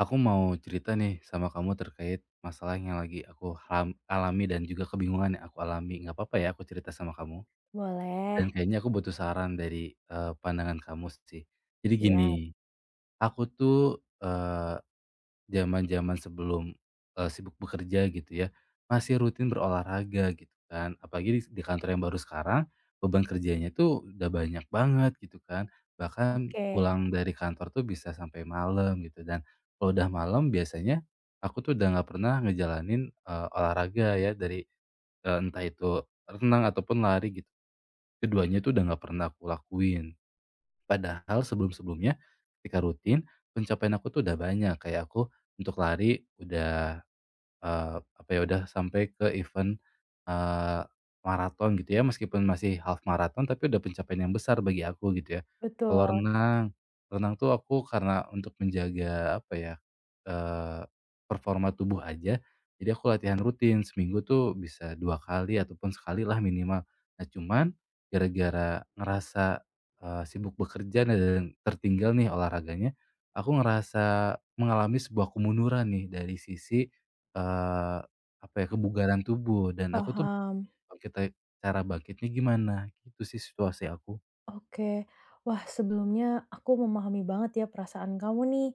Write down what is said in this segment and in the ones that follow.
Aku mau cerita nih sama kamu terkait masalah yang lagi aku alami dan juga kebingungan yang aku alami. Nggak apa-apa ya aku cerita sama kamu? Boleh, Dan kayaknya aku butuh saran dari eh, pandangan kamu sih. Jadi gini, siap, aku tuh zaman-zaman sebelum, sibuk bekerja gitu ya, masih rutin berolahraga gitu kan. Apalagi di kantor yang baru sekarang, beban kerjanya tuh udah banyak banget gitu kan. Bahkan oke, pulang dari kantor tuh bisa sampai malam gitu dan kalau udah malam biasanya aku tuh udah nggak pernah ngejalanin, olahraga ya dari, entah itu renang ataupun lari gitu. Keduanya tuh udah nggak pernah aku lakuin. Padahal sebelum-sebelumnya ketika rutin, pencapaian aku tuh udah banyak, kayak aku untuk lari udah udah sampai ke event, eee, maraton gitu ya, meskipun masih half maraton tapi udah pencapaian yang besar bagi aku gitu ya. Kalau betul, renang, renang tuh aku karena untuk menjaga apa ya, eee, performa tubuh aja, jadi aku latihan rutin, seminggu tuh bisa 2 kali ataupun sekali lah minimal. Nah cuman, gara-gara ngerasa, sibuk bekerja dan tertinggal nih olahraganya, aku ngerasa mengalami sebuah kemunduran nih dari sisi Eee, kebugaran tubuh dan aku tuh paham. bangkit dari cara bangkitnya gimana, gitu sih situasi aku. Oke. Wah, sebelumnya aku memahami banget ya perasaan kamu nih.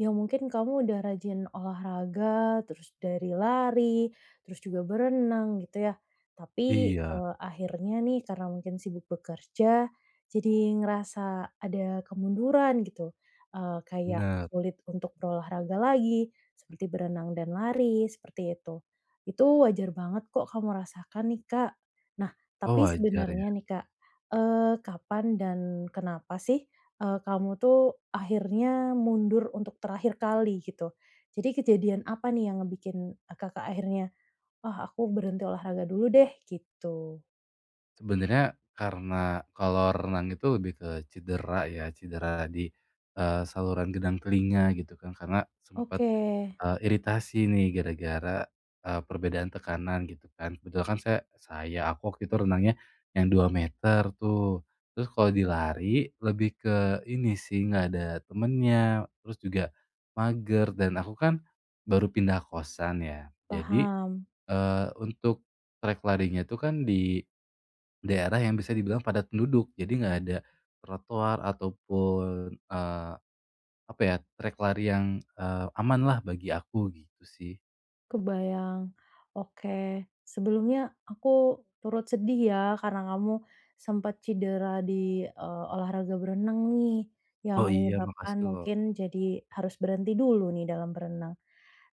Ya mungkin kamu udah rajin olahraga, terus dari lari, terus juga berenang gitu ya. Tapi, Iya, akhirnya nih karena mungkin sibuk bekerja, jadi ngerasa ada kemunduran gitu, kayak bener. sulit untuk berolahraga lagi, seperti berenang dan lari, seperti itu. Itu wajar banget kok kamu rasakan nih, Kak. Nah, Oh, tapi wajar ya? sebenarnya nih, Kak, kapan dan kenapa sih, kamu tuh akhirnya mundur untuk terakhir kali gitu? Jadi kejadian apa nih yang ngebikin, Kakak akhirnya, "Ah, aku berhenti olahraga dulu deh," gitu? Sebenernya karena kalau renang itu lebih ke cedera ya, cedera di, saluran gedang telinga gitu kan, karena sempet Oke, iritasi nih gara-gara, perbedaan tekanan gitu kan. Kebetulan kan aku waktu itu renangnya yang 2 meter tuh. Terus kalau di lari lebih ke ini sih, nggak ada temennya, terus juga mager dan aku kan baru pindah kosan ya. Jadi, paham, untuk trek larinya tuh kan di daerah yang bisa dibilang padat penduduk, jadi nggak ada trotoar ataupun, trek lari yang, eh, aman lah bagi aku gitu sih. kebayang. Oke, sebelumnya aku turut sedih ya karena kamu sempat cedera di, olahraga berenang nih, Oh yang iya menyebabkan makasih loh. mungkin jadi harus berhenti dulu nih dalam berenang.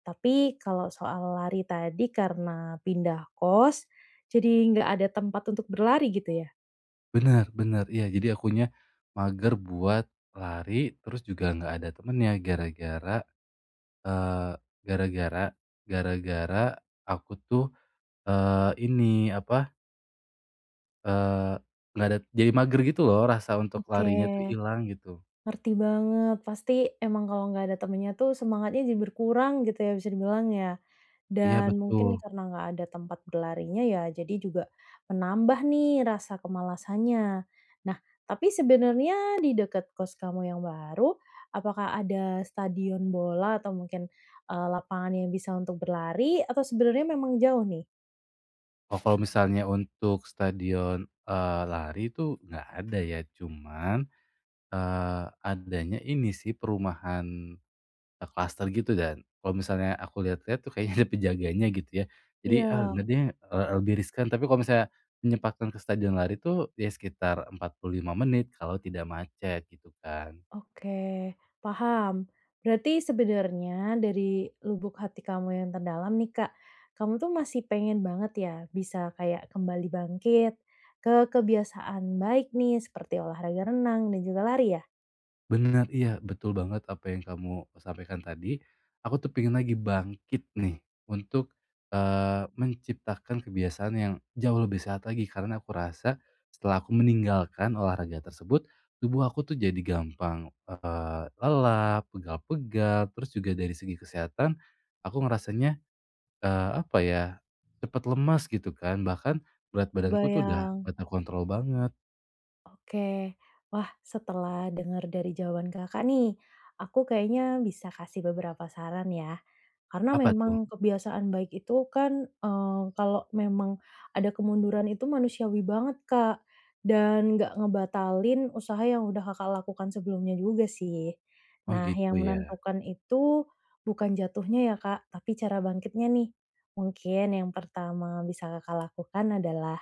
Tapi kalau soal lari tadi karena pindah kos, jadi nggak ada tempat untuk berlari gitu ya? Bener bener, iya jadi akunya mager buat lari, terus juga nggak ada temennya eee, gara-gara gara-gara aku tuh, eee, ini apa, eee, nggak ada jadi mager gitu loh rasa untuk Oke, larinya tuh hilang gitu. ngerti banget. Pasti emang kalau nggak ada temennya tuh semangatnya jadi berkurang gitu ya bisa dibilang ya. Iya Dan mungkin betul. karena nggak ada tempat berlarinya ya jadi juga menambah nih rasa kemalasannya. Nah, tapi sebenarnya di dekat kos kamu yang baru, apakah ada stadion bola atau mungkin, lapangan yang bisa untuk berlari atau sebenarnya memang jauh nih? Oh kalau misalnya untuk stadion, lari itu nggak ada ya, cuman, adanya ini sih perumahan klaster gitu dan kalau misalnya aku lihat-lihat tuh kayaknya ada penjaganya gitu ya. Jadi, ah, Iya, enggak deh, lebih riskan, tapi kalau misalnya menyempatkan ke stadion lari tuh ya sekitar 45 menit kalau tidak macet gitu kan. oke, paham. Berarti sebenarnya dari lubuk hati kamu yang terdalam nih, Kak, kamu tuh masih pengen banget ya bisa kayak kembali bangkit ke kebiasaan baik nih seperti olahraga renang dan juga lari ya? Benar iya, betul banget apa yang kamu sampaikan tadi. Aku tuh pengen lagi bangkit nih untuk, menciptakan kebiasaan yang jauh lebih sehat lagi karena aku rasa setelah aku meninggalkan olahraga tersebut, tubuh aku tuh jadi gampang, lelah, pegal-pegal, terus juga dari segi kesehatan aku ngerasanya, eee, apa ya, cepat lemas gitu kan, bahkan berat badanku tuh udah Kebayang, nggak terkontrol banget. oke. Wah, setelah dengar dari jawaban Kakak nih, aku kayaknya bisa kasih beberapa saran ya. Karena Apa tuh? memang kebiasaan baik itu kan, kalau memang ada kemunduran itu manusiawi banget, Kak, dan nggak ngebatalin usaha yang udah Kakak lakukan sebelumnya juga sih. Oh Nah, gitu yang ya? menentukan itu bukan jatuhnya ya, Kak, tapi cara bangkitnya nih. Mungkin yang pertama bisa Kakak lakukan adalah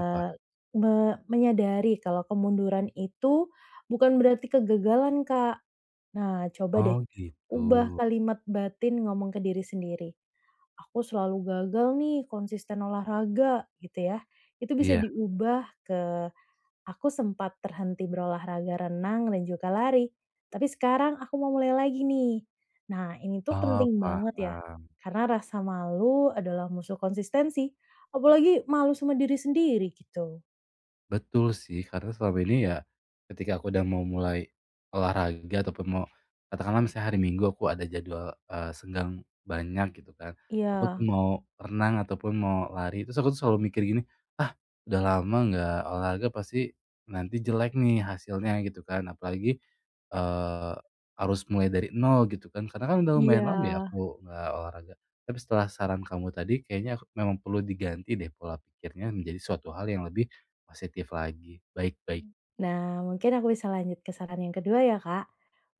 Apa? Menyadari kalau kemunduran itu bukan berarti kegagalan, Kak. Nah, coba Oh deh gitu. ubah kalimat batin ngomong ke diri sendiri, "Aku selalu gagal nih konsisten olahraga," gitu ya. Itu bisa Iya, diubah ke, "Aku sempat terhenti berolahraga renang dan juga lari, tapi sekarang aku mau mulai lagi nih." Nah, ini tuh oh, penting banget ya, paham. karena rasa malu adalah musuh konsistensi, apalagi malu sama diri sendiri gitu. Betul sih, karena selama ini ya ketika aku udah mau mulai olahraga ataupun mau katakanlah misalnya hari Minggu aku ada jadwal, senggang banyak gitu kan, aku Iya. tuh mau renang ataupun mau lari, terus aku tuh selalu mikir gini, "Ah, udah lama nggak olahraga pasti nanti jelek nih hasilnya," gitu kan. Apalagi, eee, harus mulai dari nol gitu kan, karena kan udah lumayan Iya, lama ya aku nggak olahraga. Tapi setelah saran kamu tadi kayaknya aku memang perlu diganti deh pola pikirnya menjadi suatu hal yang lebih positif lagi, baik-baik. nah, mungkin aku bisa lanjut ke saran yang kedua ya, Kak.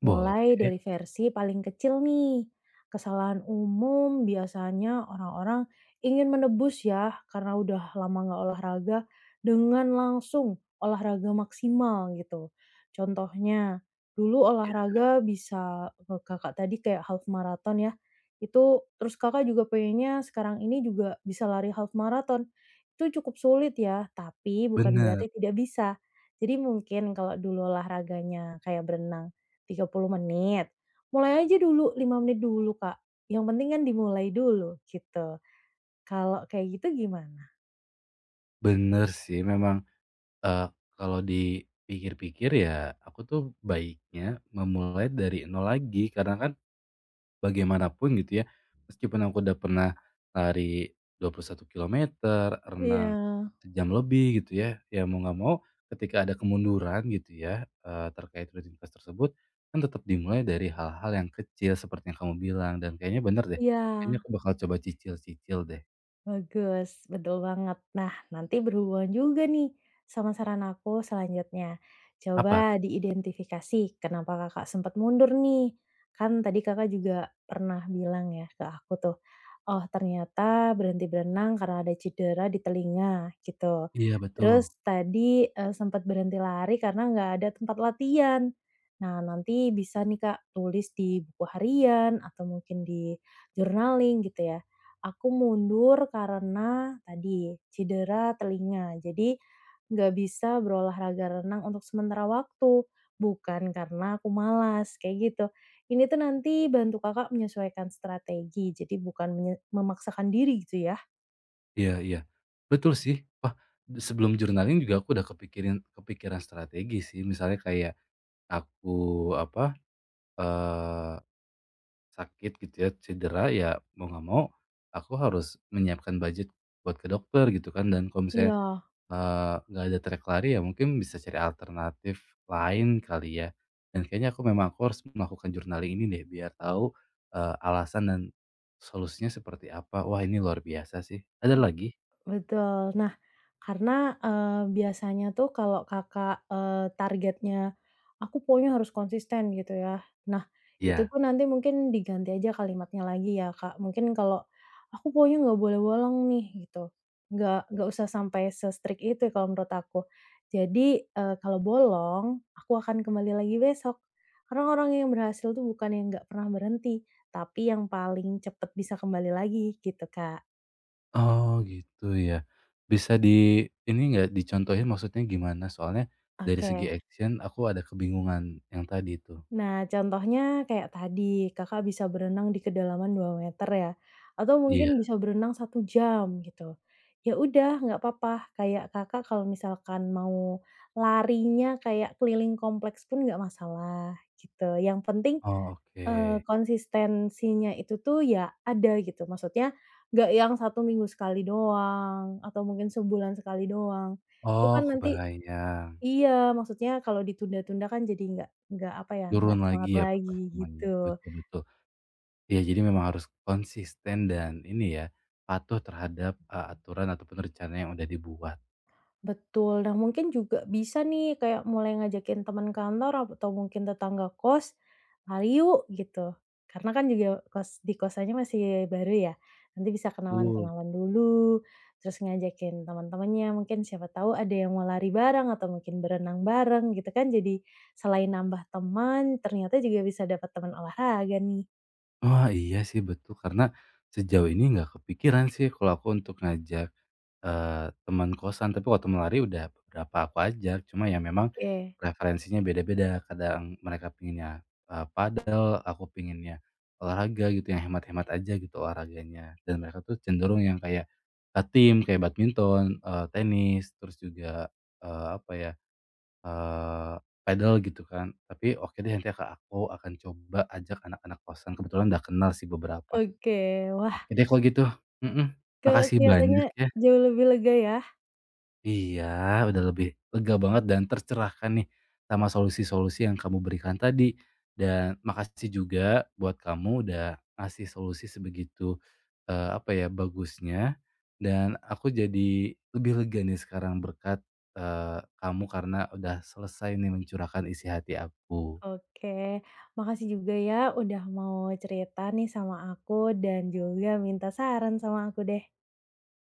Boleh. Mulai dari versi paling kecil nih. Kesalahan umum biasanya orang-orang ingin menebus ya, karena udah lama nggak olahraga, dengan langsung olahraga maksimal gitu. Contohnya, dulu olahraga kakak tadi kayak half marathon ya, itu terus kakak juga pengennya sekarang ini juga bisa lari half marathon. Itu cukup sulit ya, tapi bukan Bener, berarti tidak bisa. Jadi mungkin kalau dulu olahraganya kayak berenang 30 menit, mulai aja dulu 5 menit dulu, Kak. Yang penting kan dimulai dulu gitu. Kalau kayak gitu gimana? bener sih memang, eee, kalau dipikir-pikir ya aku tuh baiknya memulai dari nol lagi karena kan bagaimanapun gitu ya, meskipun aku udah pernah lari 21 kilometer, Iya renang sejam lebih gitu ya, ya mau nggak mau ketika ada kemunduran gitu ya, terkait rutinitas tersebut, kan tetap dimulai dari hal-hal yang kecil seperti yang kamu bilang dan kayaknya bener deh, iya, kayaknya aku bakal coba cicil-cicil deh. bagus, betul banget. Nah, nanti berhubungan juga nih sama saran aku selanjutnya. Coba Apa tuh? diidentifikasi kenapa Kakak sempat mundur nih. Kan tadi Kakak juga pernah bilang ya ke aku tuh, "Oh, ternyata berhenti berenang karena ada cedera di telinga," gitu. Iya Terus betul. tadi, sempat berhenti lari karena nggak ada tempat latihan. Nah, nanti bisa nih, Kak, tulis di buku harian atau mungkin di journaling gitu ya. Aku mundur karena tadi cedera telinga, jadi nggak bisa berolahraga renang untuk sementara waktu, bukan karena aku malas, kayak gitu. Ini tuh nanti bantu Kakak menyesuaikan strategi, jadi bukan memaksakan diri gitu ya? Iya iya. Betul sih. Wah, sebelum jurnaling juga aku udah kepikiran strategi sih. Misalnya kayak aku apa, eee, sakit gitu ya, cedera, ya mau nggak mau aku harus menyiapkan budget buat ke dokter gitu kan dan kalau misalnya Iya, nggak ada track lari ya mungkin bisa cari alternatif lain kali ya, dan kayaknya aku memang harus melakukan journaling ini deh biar tahu, alasan dan solusinya seperti apa. Wah ini luar biasa sih. Ada lagi? betul. Nah, karena, biasanya tuh kalau Kakak, targetnya, "Aku pokoknya harus konsisten," gitu ya. Nah, itu Iya. tuh nanti mungkin diganti aja kalimatnya lagi ya, Kak. Mungkin kalau, "Aku pokoknya nggak boleh bolong nih," gitu. Nggak usah sampai se-strict itu kalau menurut aku. Jadi, kalau bolong, aku akan kembali lagi besok. Karena orang yang berhasil tuh bukan yang nggak pernah berhenti, tapi yang paling cepat bisa kembali lagi, gitu, Kak. Oh gitu ya. Bisa di ini nggak dicontohin maksudnya gimana? Soalnya dari segi Oke. action aku ada kebingungan yang tadi itu. Nah, contohnya kayak tadi, Kakak bisa berenang di kedalaman 2 meter ya, atau Iya. mungkin bisa berenang 1 jam gitu. Ya udah, nggak apa-apa, kayak Kakak kalau misalkan mau larinya kayak keliling kompleks pun nggak masalah gitu. Yang penting, Oh oke. konsistensinya itu tuh ya ada gitu, maksudnya nggak yang satu minggu sekali doang, atau mungkin sebulan sekali doang. Itu Oh kan nanti. kebayang. Iya, maksudnya kalau ditunda-tunda kan jadi nggak apa ya, nggak Turun semangat lagi ya lagi gitu. performanya. Betul betul. Iya, jadi memang harus konsisten dan ini ya, patuh terhadap, aturan ataupun rencana yang udah dibuat. Betul. Nah, mungkin juga bisa nih kayak mulai ngajakin teman kantor atau mungkin tetangga kos, "Mari yuk," gitu. Karena kan juga kos di kosannya masih baru ya. Nanti bisa Betul. kenalan-kenalan dulu, terus ngajakin teman-temannya, mungkin siapa tahu ada yang mau lari bareng atau mungkin berenang bareng gitu kan. Jadi selain nambah teman, ternyata juga bisa dapat teman olahraga nih. Wah, iya sih betul, karena sejauh ini nggak kepikiran sih kalau aku untuk ngajak teman kosan, tapi kalau teman lari udah beberapa aku ajak, cuma ya memang Oke. preferensinya beda-beda. Kadang mereka pinginnya padel, aku pinginnya olahraga gitu, yang hemat-hemat aja gitu olahraganya. Dan mereka tuh cenderung yang kayak, tim, kayak badminton, tenis, terus juga, eee, apa ya, eee, padel gitu kan. Tapi oke deh nanti aku akan coba ajak anak-anak kosan, kebetulan udah kenal sih beberapa. Oke. Wah, Oke deh kalau gitu, mhm. Makasih kelihatannya banyak ya. jauh lebih lega ya? Iya, udah lebih lega banget dan tercerahkan nih sama solusi-solusi yang kamu berikan tadi. Dan makasih juga buat kamu udah ngasih solusi sebegitu, bagusnya dan aku jadi lebih lega nih sekarang berkat, kamu karena udah selesai nih mencurahkan isi hati aku. Oke, makasih juga ya udah mau cerita nih sama aku dan juga minta saran sama aku deh.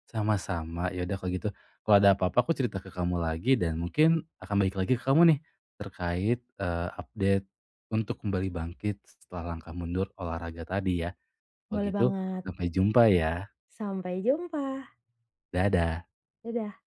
Sama-sama, ya udah kalau gitu, kalau ada apa-apa aku cerita ke kamu lagi dan mungkin akan balik lagi ke kamu nih, terkait, update untuk kembali bangkit setelah langkah mundur olahraga tadi ya. Kalau Boleh gitu banget. sampai jumpa ya, Sampai jumpa. dadah. Dadah.